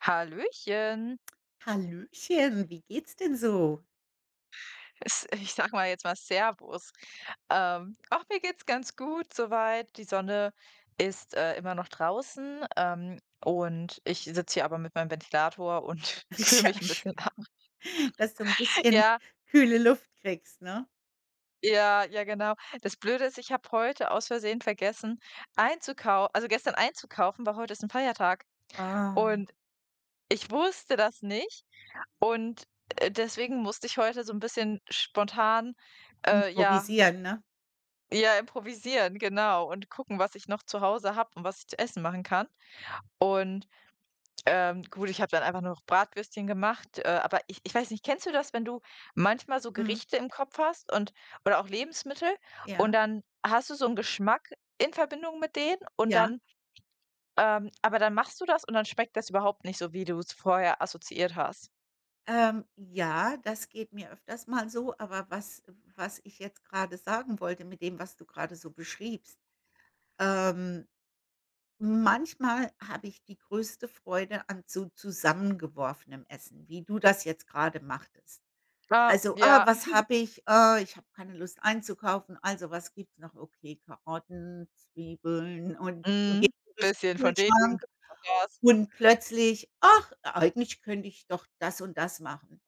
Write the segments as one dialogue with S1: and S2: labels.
S1: Hallöchen.
S2: Hallöchen, wie geht's denn so?
S1: Ich sag mal jetzt mal Servus. Auch mir geht's ganz gut soweit. Die Sonne ist immer noch draußen, und ich sitze hier aber mit meinem Ventilator und kühl
S2: Ja,
S1: mich ein bisschen
S2: schön.
S1: ab.
S2: Dass du ein bisschen
S1: Ja,
S2: kühle Luft kriegst, ne?
S1: ja, ja, genau. Das Blöde ist, ich habe heute aus Versehen vergessen einzukaufen, also gestern einzukaufen, weil heute ist ein Feiertag
S2: Ah.
S1: und ich wusste das nicht und deswegen musste ich heute so ein bisschen spontan ja.
S2: Improvisieren, ne?
S1: Ja, improvisieren, genau. Und gucken, was ich noch zu Hause habe und was ich zu essen machen kann. Und, gut, ich habe dann einfach nur noch Bratwürstchen gemacht, aber ich weiß nicht, kennst du das, wenn du manchmal so
S2: Mhm.
S1: Gerichte im Kopf hast und oder auch Lebensmittel, und
S2: Ja,
S1: dann hast du so einen Geschmack in Verbindung mit denen, und
S2: ja.
S1: dann, aber dann machst du das und dann schmeckt das überhaupt nicht so, wie du es vorher assoziiert hast.
S2: Ja, das geht mir öfters mal so, aber was ich jetzt gerade sagen wollte mit dem, was du gerade so beschriebst, ähm, manchmal habe ich die größte Freude an so zusammengeworfenem Essen, wie du das jetzt gerade machtest.
S1: Ah,
S2: Also: „Ah,
S1: ja,
S2: was habe ich? Ah, ich habe keine Lust einzukaufen. Also, was gibt's noch? Okay, Karotten, Zwiebeln“, und du
S1: mhm,
S2: gehst durch
S1: bisschen
S2: den
S1: von dem, bisschen
S2: Kühlschrank
S1: von das.
S2: und plötzlich: „Ach, eigentlich könnte ich doch das und das machen.“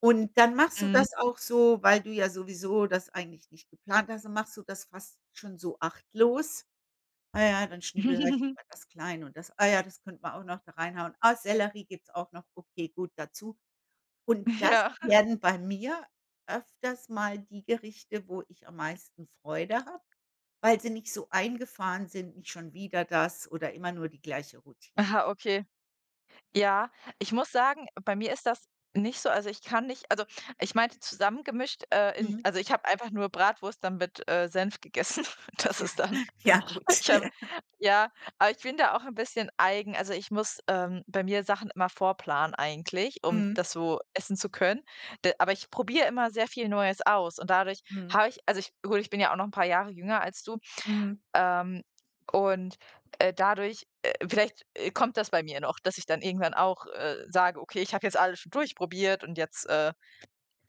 S2: Und dann machst du
S1: Mhm.
S2: das auch so, weil du ja sowieso das eigentlich nicht geplant hast, dann machst du das fast schon so achtlos. „Ah ja, dann schnippel halt mal das klein und das, ah ja, das könnte man auch noch da reinhauen. Ah, Sellerie gibt's auch noch. Okay, gut, dazu.“ Und das
S1: Ja.
S2: werden bei mir öfters mal die Gerichte, wo ich am meisten Freude habe, weil sie nicht so eingefahren sind, nicht schon wieder das oder immer nur die gleiche Routine.
S1: Aha, okay. Ja, ich muss sagen, bei mir ist das nicht so, also ich kann nicht, also ich meinte zusammengemischt, in,
S2: Mhm.
S1: also ich habe einfach nur Bratwurst dann mit, Senf gegessen. Das
S2: Tja,
S1: ist dann,
S2: ja gut.
S1: ich habe, ja, aber ich bin da auch ein bisschen eigen. Also, ich muss, bei mir Sachen immer vorplanen eigentlich, um
S2: Mhm,
S1: das so essen zu können. D aber ich probiere immer sehr viel Neues aus, und dadurch
S2: mhm,
S1: habe ich, also ich, gut, ich bin ja auch noch ein paar Jahre jünger als du.
S2: mhm.
S1: Ähm, und, dadurch vielleicht, kommt das bei mir noch, dass ich dann irgendwann auch, sage: „Okay, ich habe jetzt alles schon durchprobiert und jetzt",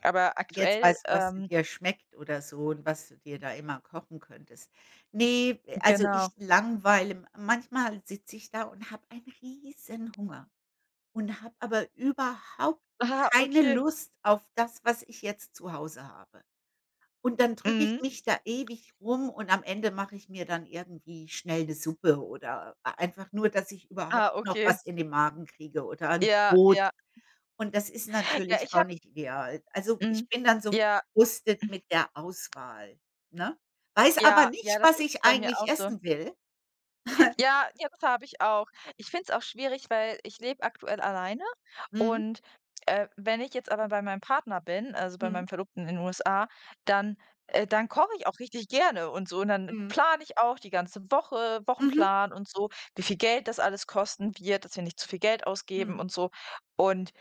S1: aber
S2: Jetzt
S1: aktuell,
S2: weißt du, was dir schmeckt oder so und was du dir da immer kochen könntest. Ne, also
S1: genau.
S2: ich langweile manchmal sitze ich da und habe einen riesen Hunger. Und habe aber überhaupt
S1: Ah,
S2: keine
S1: okay.
S2: Lust auf das, was ich jetzt zu Hause habe. Und dann drücke ich
S1: Mhm.
S2: mich da ewig rum und am Ende mache ich mir dann irgendwie schnell 'ne Suppe oder einfach nur, dass ich überhaupt
S1: Ah,
S2: noch
S1: okay.
S2: was in den Magen kriege oder 'n
S1: Ja,
S2: Brot.
S1: ja.
S2: Und das ist
S1: Ja,
S2: natürlich
S1: ich
S2: auch
S1: habe,
S2: nicht ideal. Also, ich
S1: mhm.
S2: bin dann so
S1: Ja,
S2: gefrustet mit der Auswahl, ne? Weiß aber
S1: ja,
S2: nicht,
S1: ja, das
S2: was
S1: ist
S2: ich
S1: bei mir
S2: eigentlich
S1: auch so.
S2: essen will.
S1: Ja, ja, das habe ich auch. Ich finde es auch schwierig, weil ich lebe aktuell alleine,
S2: Mhm,
S1: und, wenn ich jetzt aber bei meinem Partner bin, also bei
S2: mhm,
S1: meinem Verlobten in den USA, dann, dann koche ich auch richtig gerne und so, und dann
S2: mhm,
S1: plane ich auch die ganze Woche,
S2: mhm,
S1: Wochenplan und so, wie viel Geld das alles kosten wird, dass wir nicht zu viel Geld ausgeben
S2: mhm,
S1: und so. Und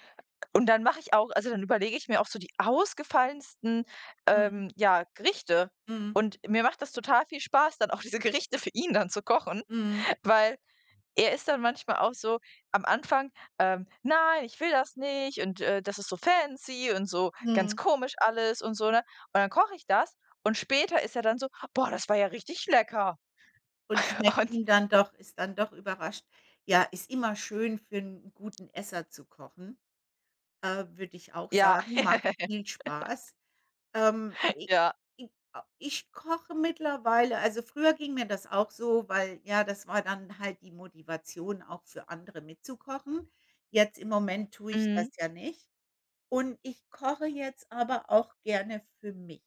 S1: und dann mache ich auch, also dann überlege ich mir auch so die ausgefallensten,
S2: mhm,
S1: ja, Gerichte.
S2: mhm,
S1: Und mir macht das total viel Spaß, dann auch diese Gerichte für ihn dann zu kochen,
S2: mhm,
S1: weil er ist dann manchmal auch so am Anfang, „Nein, ich will das nicht und, das ist so fancy und so ganz
S2: mhm.
S1: komisch alles und so", ne? Und dann koche ich das und später ist er dann so: „Boah, das war ja richtig lecker."
S2: Und schmeckt
S1: Und
S2: ihm dann doch ist dann doch überrascht. Ja, ist immer schön für 'n guten Esser zu kochen, würde ich auch
S1: ja,
S2: sagen, macht viel Spaß. I
S1: ja.
S2: i a Ich koche mittlerweile, also, früher ging mir das auch so, weil ja, das war dann halt die Motivation, auch für andere mitzukochen. Jetzt im Moment tue ich das
S1: Mhm.
S2: ja nicht. Und ich koche jetzt aber auch gerne für mich,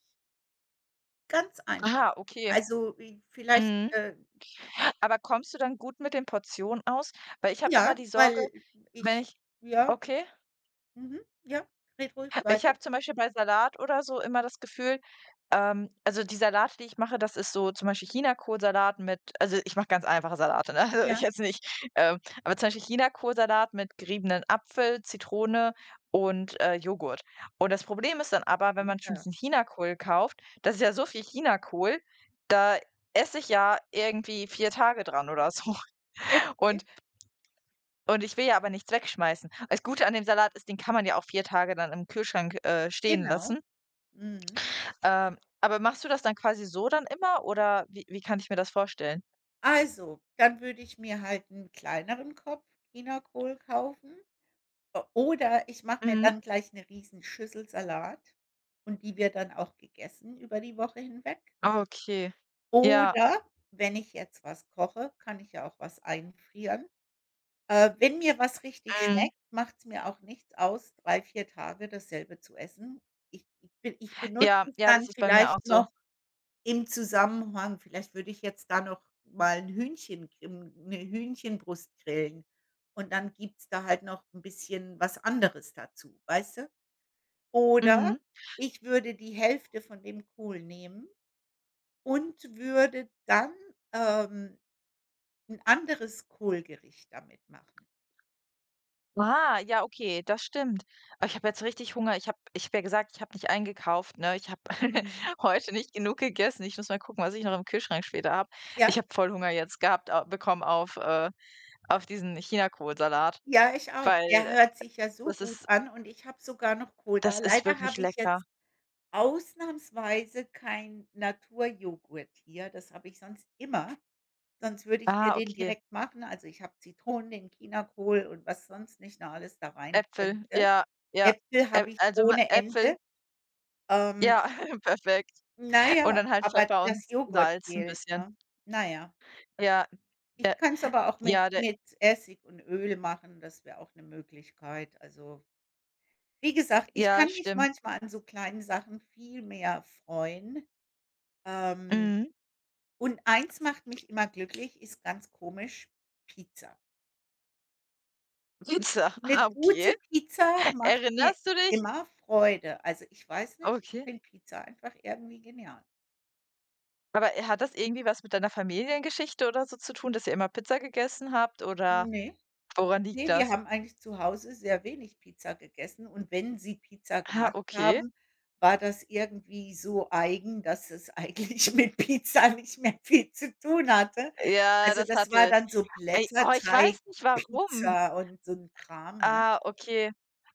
S2: ganz einfach.
S1: Aha, okay.
S2: Also, i vielleicht,
S1: Mhm. Aber kommst du dann gut mit den Portionen aus? Weil ich habe immer
S2: Ja,
S1: die Sorge,
S2: weil
S1: wenn
S2: ich
S1: ich,
S2: ja,
S1: okay.
S2: mhm, ja, red ruhig
S1: Ich
S2: weiter.
S1: habe zum Beispiel bei Salat oder so immer das Gefühl, also die Salate, die ich mache, das ist so zum Beispiel Chinakohlsalat mit, also ich mache ganz einfache Salate, ne? Also ich
S2: Ja,
S1: jetzt nicht, ähm aber zum Beispiel Chinakohlsalat mit geriebenen Apfel, Zitrone und, Joghurt. Und das Problem ist dann aber, wenn man schon
S2: lecker.
S1: diesen Chinakohl kauft, das ist ja so viel Chinakohl, da esse ich ja irgendwie 4 Tage dran oder so.
S2: Okay,
S1: Und und ich will ja aber nichts wegschmeißen. Das Gute an dem Salat ist, den kann man ja auch 4 Tage dann im Kühlschrank, stehen
S2: genau.
S1: lassen.
S2: Mhm.
S1: Aber machst du das dann quasi so dann immer oder wie kann ich mir das vorstellen?
S2: Also, dann würde ich mir halt 'n kleineren Kopf Chinakohl kaufen o oder ich mache mir
S1: Mhm.
S2: dann gleich 'ne Riesenschüssel Salat und die wird dann auch gegessen über die Woche hinweg.
S1: Okay. Ja,
S2: Oder wenn ich jetzt was koche, kann ich ja auch was einfrieren. Wenn mir was richtig
S1: mhm.
S2: schmeckt, macht's mir auch nichts aus, 3 4 Tage dasselbe zu essen. Ich benutze
S1: Ja,
S2: es
S1: ja, das
S2: dann
S1: ist bei mir auch
S2: vielleicht
S1: so.
S2: noch im Zusammenhang, vielleicht würde ich jetzt da noch mal ein Hühnchen grim 'ne Hühnchenbrust grillen und dann gibt's da halt noch ein bisschen was anderes dazu, weißt du? Oder
S1: Mhm.
S2: ich würde die Hälfte von dem Kohl nehmen und würde dann, ähm, 'n anderes Kohlgericht damit machen.
S1: Ah, ja, okay, das stimmt. Aber ich habe jetzt richtig Hunger. Ich habe ja gesagt, ich habe nicht eingekauft, ne? Ich habe
S2: Mhm.
S1: heute nicht genug gegessen. Ich muss mal gucken, was ich noch im Kühlschrank später habe. Ich
S2: Ja?
S1: habe voll Hunger jetzt gehabt, au bekommen auf diesen Chinakohlsalat,
S2: Ja, ich auch. Der
S1: weil
S2: hört sich ja so
S1: das
S2: gut
S1: ist
S2: an und ich habe sogar noch
S1: das
S2: Koda.
S1: ist
S2: Leider
S1: wirklich
S2: habe ich
S1: lecker.
S2: jetzt ausnahmsweise kein Naturjoghurt hier. Das habe ich sonst immer, sonst würde ich mir
S1: Ah,
S2: den
S1: okay.
S2: direkt machen. Also, ich habe Zitronen, den Chinakohl und was sonst nicht noch alles da rein
S1: Äpfel,
S2: könnte.
S1: ja, ja.
S2: Äpfel
S1: Äp
S2: habe ich
S1: Also, ma
S2: ohne
S1: Äpfel,
S2: Ende. Ähm,
S1: ja, perfekt.
S2: na
S1: Und
S2: ja,
S1: dann halt
S2: aber
S1: Pfeffer und
S2: das Joghurt
S1: Salz 'n
S2: fehlt,
S1: bisschen.
S2: ne? Na ja.
S1: Ja,
S2: Ich
S1: der,
S2: kann es aber auch mit
S1: ja, der,
S2: mit Essig und Öl machen, das wäre auch eine Möglichkeit, also wie gesagt, ich
S1: ja,
S2: kann mich
S1: stimmt.
S2: manchmal an so kleinen Sachen viel mehr freuen. Ähm,
S1: Mhm.
S2: und eins macht mich immer glücklich, ist ganz komisch, Pizza.
S1: Pizza, ah,
S2: 'Ne gute
S1: okay.
S2: Pizza macht mir
S1: Erinnerst du dich?
S2: immer Freude. Also, ich weiß nicht, ich
S1: Okay.
S2: finde Pizza einfach irgendwie genial.
S1: Aber, hat das irgendwie was mit deiner Familiengeschichte oder so zu tun, dass ihr immer Pizza gegessen habt, oder
S2: Ne.
S1: woran liegt
S2: Ne, wir
S1: das?
S2: haben eigentlich zu Hause sehr wenig Pizza gegessen und wenn sie Pizza
S1: Ah,
S2: gemacht
S1: okay.
S2: haben, war das irgendwie so eigen, dass es eigentlich mit Pizza nicht mehr viel zu tun hatte.
S1: Ja,
S2: Also,
S1: das
S2: das war
S1: hatte,
S2: dann so
S1: ey, oh, ich weiß nicht warum.
S2: Blätterteigpizza und so 'n Kram, ne?
S1: Ah, okay.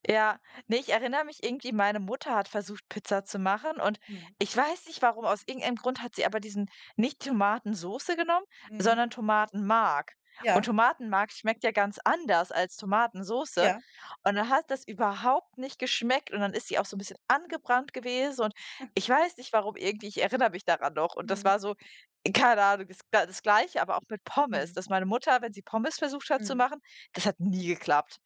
S1: Ja. Ne, ich erinnere mich irgendwie, meine Mutter hat versucht, Pizza zu machen, und
S2: Mhm.
S1: ich weiß nicht warum, aus irgendeinem Grund hat sie aber diesen nicht Tomatensoße genommen,
S2: Mhm.
S1: sondern Tomatenmark. Und
S2: Ja,
S1: Tomatenmark schmeckt ja ganz anders als Tomatensoße.
S2: ja.
S1: Und dann hat das überhaupt nicht geschmeckt, und dann ist sie auch so ein bisschen angebrannt gewesen, und ich weiß nicht warum irgendwie, ich erinnere mich daran noch und das
S2: Mhm.
S1: war so, keine Ahnung, das Gleiche, aber auch mit Pommes,
S2: Mhm.
S1: dass meine Mutter, wenn sie Pommes versucht hat zu
S2: Mhm.
S1: machen, das hat nie geklappt.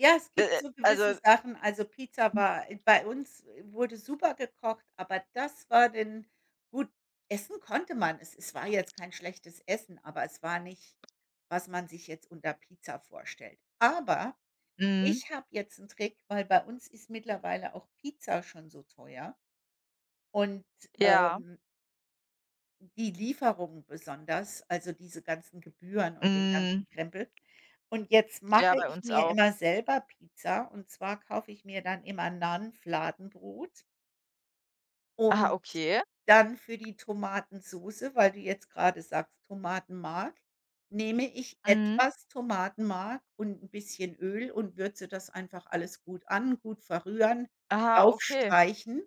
S2: Ja, es
S1: Äh,
S2: gibt
S1: äh,
S2: so gewisse
S1: also
S2: Sachen. Also, Pizza war bei uns wurde super gekocht, aber das war denn gut, essen konnte man. Es war jetzt kein schlechtes Essen, aber es war nicht, was man sich jetzt unter Pizza vorstellt. Aber
S1: mhm,
S2: ich habe jetzt einen Trick, weil bei uns ist mittlerweile auch Pizza schon so teuer und,
S1: ja,
S2: ähm die Lieferung besonders, also diese ganzen Gebühren und den
S1: mhm,
S2: ganzen Krempel. Und jetzt mache
S1: ja, bei
S2: ich
S1: uns
S2: mir
S1: auch.
S2: immer selber Pizza und zwar kaufe ich mir dann immer Nan-Fladenbrot
S1: Aha,
S2: und
S1: okay.
S2: dann für die Tomatensoße, weil du jetzt gerade sagst, Tomatenmark, nehme ich
S1: Mhm.
S2: etwas Tomatenmark und ein bisschen Öl und würze das einfach alles gut an, gut verrühren,
S1: Aha, okay.
S2: draufstreichen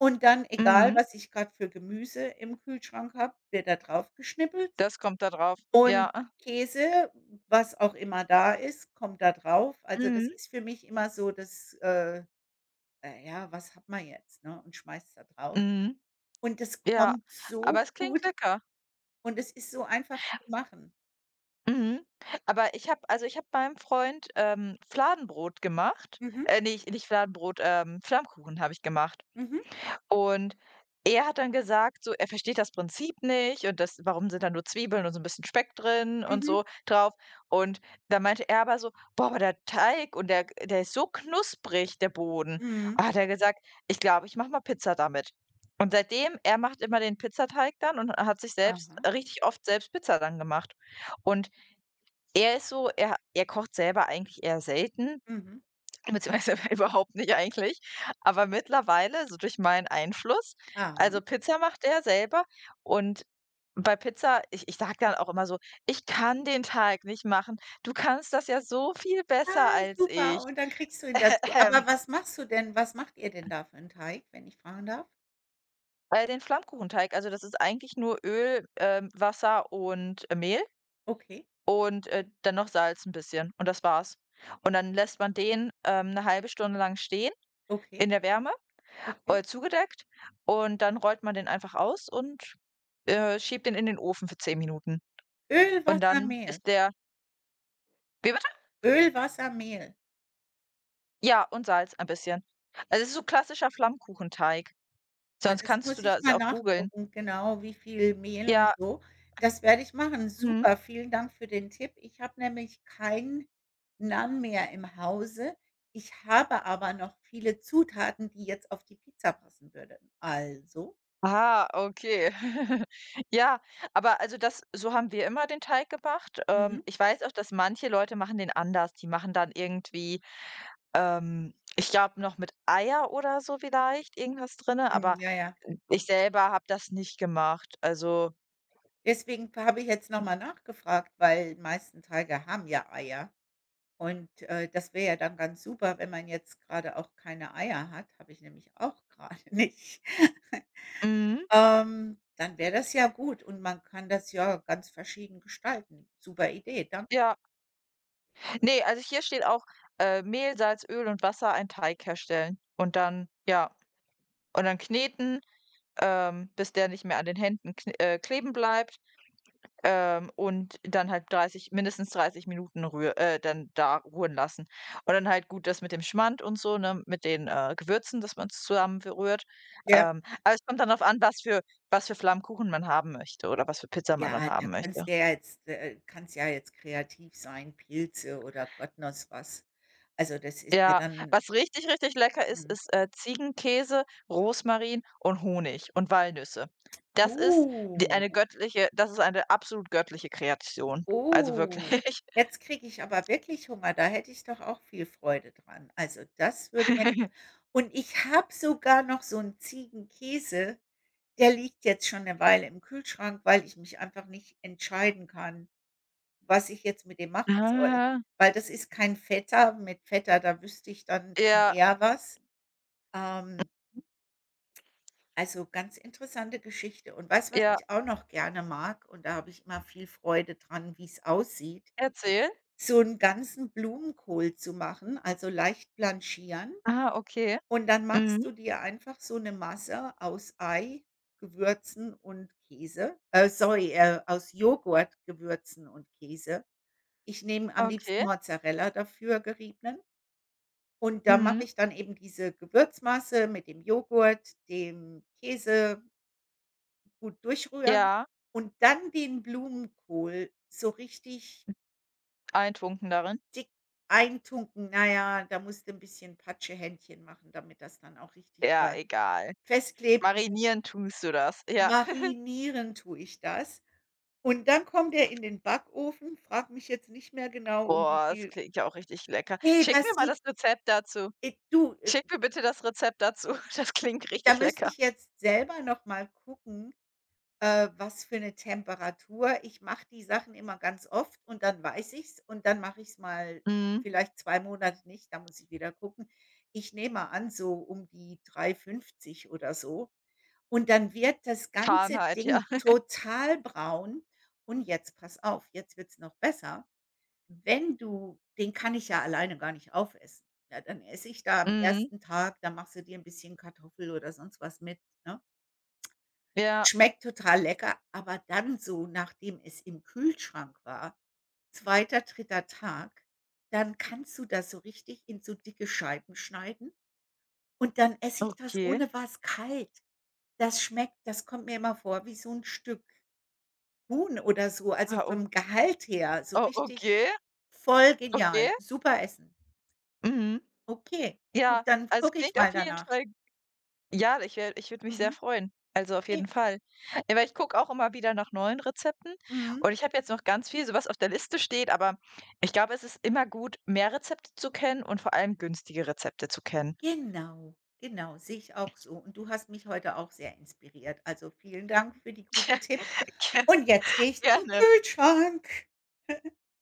S2: und dann, egal
S1: Mhm,
S2: was ich gerade für Gemüse im Kühlschrank habe, wird da drauf geschnippelt
S1: das kommt da drauf.
S2: und
S1: Ja,
S2: Käse, was auch immer da ist, kommt da drauf. Also, das
S1: mhm,
S2: ist für mich immer so das, ja, was hat man jetzt, ne, und schmeißt da drauf.
S1: mhm,
S2: Und das
S1: ja,
S2: kommt
S1: aber
S2: so
S1: es klingt
S2: gut
S1: lecker.
S2: und es ist so einfach zu machen.
S1: Mhm, aber ich habe, also ich habe meinem Freund, Fladenbrot gemacht.
S2: Mhm,
S1: Ne, nicht Fladenbrot, Flammkuchen habe ich gemacht.
S2: mhm,
S1: Und er hat dann gesagt, so, er versteht das Prinzip nicht und das, warum sind da nur Zwiebeln und so ein bisschen Speck drin und
S2: mhm,
S1: so drauf. Und da meinte er aber so: „Boah, aber der Teig und der ist so knusprig, der Boden."
S2: mhm,
S1: Ah, hat er gesagt: „Ich glaube, ich mache mal Pizza damit." Und seitdem, er macht immer den Pizzateig dann, und hat sich selbst
S2: aha,
S1: richtig oft selbst Pizza dann gemacht. Und er ist so, er kocht selber eigentlich eher selten,
S2: mhm,
S1: beziehungsweise überhaupt nicht eigentlich. Aber mittlerweile, so durch meinen Einfluss,
S2: aha.
S1: also Pizza macht er selber, und bei Pizza, ich sage dann auch immer so: „Ich kann den Teig nicht machen. Du kannst das ja so viel besser
S2: Ah,
S1: als
S2: super,
S1: ich."
S2: und dann kriegst du ihn dazu. Aber
S1: Ähm,
S2: was machst du denn was macht ihr denn da für 'n Teig, wenn ich fragen darf?
S1: den Flammkuchenteig, also das ist eigentlich nur Öl, Wasser und Mehl
S2: Okay,
S1: und, dann noch Salz ein bisschen, und das war's. Und dann lässt man den, 'ne halbe Stunde lang stehen
S2: okay,
S1: in der Wärme,
S2: okay.
S1: zugedeckt, und dann rollt man den einfach aus und, schiebt den in den Ofen für 10 Minuten.
S2: Öl,
S1: Und
S2: Wasser,
S1: dann
S2: Mehl.
S1: ist der, wie bitte?
S2: Öl, Wasser, Mehl.
S1: Ja, und Salz ein bisschen. Also, es ist so klassischer Flammkuchenteig.
S2: Ah,
S1: Sonst
S2: das
S1: kannst du
S2: muss ich
S1: das
S2: mal
S1: auch googeln.
S2: nachgucken, genau, wie viel Mehl und
S1: Ja,
S2: so. Das werde ich machen.
S1: mhm.
S2: Super, vielen Dank für den Tipp. Ich habe nämlich keinen Naan mehr im Hause. Ich habe aber noch viele Zutaten, die jetzt auf die Pizza passen würden. Also
S1: Ah, okay. Ja, aber also das, so haben wir immer den Teig gemacht.
S2: mhm,
S1: Ich weiß auch, dass manche Leute machen den anders. Die machen dann irgendwie. Ich glaube noch mit Eier oder so vielleicht irgendwas drinne,
S2: hm,
S1: aber
S2: ja, ja.
S1: ich selber habe das nicht gemacht. Also
S2: Deswegen habe ich jetzt noch mal nachgefragt, weil meisten Teige haben ja Eier. Und, das wäre ja dann ganz super, wenn man jetzt gerade auch keine Eier hat, habe ich nämlich auch gerade nicht.
S1: mhm,
S2: Dann wäre das ja gut und man kann das ja ganz verschieden gestalten. Super Idee, danke.
S1: ja. Ne, also hier steht auch, Mehl, Salz, Öl und Wasser einen Teig herstellen, und dann, ja, und dann kneten, bis der nicht mehr an den Händen kn kleben bleibt. Und dann halt 30, mindestens 30 Minuten rühr dann da ruhen lassen. Und dann halt gut das mit dem Schmand und so, ne, mit den, Gewürzen, dass man's zusammen verrührt.
S2: Ja.
S1: Aber es kommt dann drauf an, was für Flammkuchen man haben möchte oder was für Pizza man dann
S2: Ja, da
S1: haben möchte.
S2: kannst dir ja jetzt kannst ja jetzt kreativ sein, Pilze oder Gott knows was. Also, das ist ja
S1: Ja,
S2: dann
S1: was richtig, richtig lecker ist,
S2: mhm.
S1: ist, Ziegenkäse, Rosmarin und Honig und Walnüsse. Das ist die eine
S2: Uh,
S1: göttliche das ist eine absolut göttliche Kreation. Also
S2: oh.
S1: wirklich.
S2: Jetzt kriege ich aber wirklich Hunger, da hätte ich doch auch viel Freude dran. Also, das würde mir gefallen. Und ich habe sogar noch so 'n Ziegenkäse. Der liegt jetzt schon 'ne Weile im Kühlschrank, weil ich mich einfach nicht entscheiden kann, was ich jetzt mit dem machen soll.
S1: Ah,
S2: Weil das ist kein Feta. Mit Feta, da wüsste ich dann schon
S1: ja,
S2: eher was. Ähm, also, ganz interessante Geschichte. Und weißt du, was
S1: ja.
S2: ich auch noch gerne mag? Und da habe ich immer viel Freude dran, wie's aussieht,
S1: Erzähl.
S2: so 'n ganzen Blumenkohl zu machen, also leicht blanchieren.
S1: Ah, okay.
S2: Und dann machst
S1: Mhm.
S2: du dir einfach so 'ne Masse aus Ei, Gewürzen und Käse sorry, aus Joghurt, Gewürzen und Käse. Ich nehme am liebsten
S1: Okay.
S2: Mozzarella dafür, geriebenen. Und da mache
S1: Mhm.
S2: ich dann eben diese Gewürzmasse mit dem Joghurt, dem Käse, gut durchrühren
S1: Ja,
S2: und dann den Blumenkohl so richtig
S1: eintunken darin.
S2: dick eintunken. Na ja, da musst du 'n bisschen Patschehändchen machen, damit das dann auch richtig
S1: Ja,
S2: da
S1: egal.
S2: festklebt, diesen
S1: Marinieren tust du das. Ja.
S2: marinieren tue ich das. Und dann kommt der in den Backofen. Frag mich jetzt nicht mehr genau, um wie
S1: Boah, das
S2: viel,
S1: klingt ja auch richtig lecker.
S2: ne,
S1: Schick
S2: das
S1: mir mal
S2: sieht
S1: das Rezept dazu.
S2: äh, du, äh,
S1: Schick mir bitte das Rezept dazu. Das klingt
S2: da
S1: richtig
S2: müsste
S1: lecker.
S2: ich jetzt selber noch mal gucken, was für 'ne Temperatur, ich mache die Sachen immer ganz oft und dann weiß ich's und dann mache ich's mal
S1: Mhm.
S2: vielleicht 2 Monate nicht, da muss ich wieder gucken. Ich nehme mal an, so um die 350 oder so. Und dann wird das ganze
S1: Fahrenheit, ja.
S2: Ding total braun. Und jetzt pass auf, jetzt wird's noch besser. Wenn du den kann ich ja alleine gar nicht aufessen. Ja, dann esse ich da am
S1: Mhm.
S2: ersten Tag, dann machst du dir 'n bisschen Kartoffel oder sonst was mit, ne?
S1: Ja,
S2: Schmeckt total lecker, aber dann so, nachdem es im Kühlschrank war, zweiter, dritter Tag, dann kannst du das so richtig in so dicke Scheiben schneiden und dann esse ich das
S1: okay.
S2: ohne was kalt. Das schmeckt das kommt mir immer vor wie so 'n Stück. Huhn oder so, also
S1: Ah, o
S2: vom Gehalt her, so
S1: oh,
S2: richtig
S1: okay,
S2: voll genial,
S1: okay.
S2: super Essen.
S1: Mhm.
S2: Okay, gut,
S1: Ja,
S2: dann
S1: also, es
S2: gucke ich
S1: klingt
S2: mal
S1: auf jeden
S2: danach.
S1: Fall. Ja, ich würde mich sehr
S2: Mhm,
S1: freuen. Also, auf jeden
S2: okay,
S1: Fall. Ja, weil ich gucke auch immer wieder nach neuen Rezepten,
S2: mhm.
S1: und ich habe jetzt noch ganz viel so, was auf der Liste steht, aber ich glaube, es ist immer gut, mehr Rezepte zu kennen und vor allem günstige Rezepte zu kennen.
S2: Genau, genau, sehe ich auch so. Und du hast mich heute auch sehr inspiriert. Also, vielen Dank für die guten
S1: Ja,
S2: Tipps. Und jetzt gehe ich zum
S1: gerne.
S2: Kühlschrank.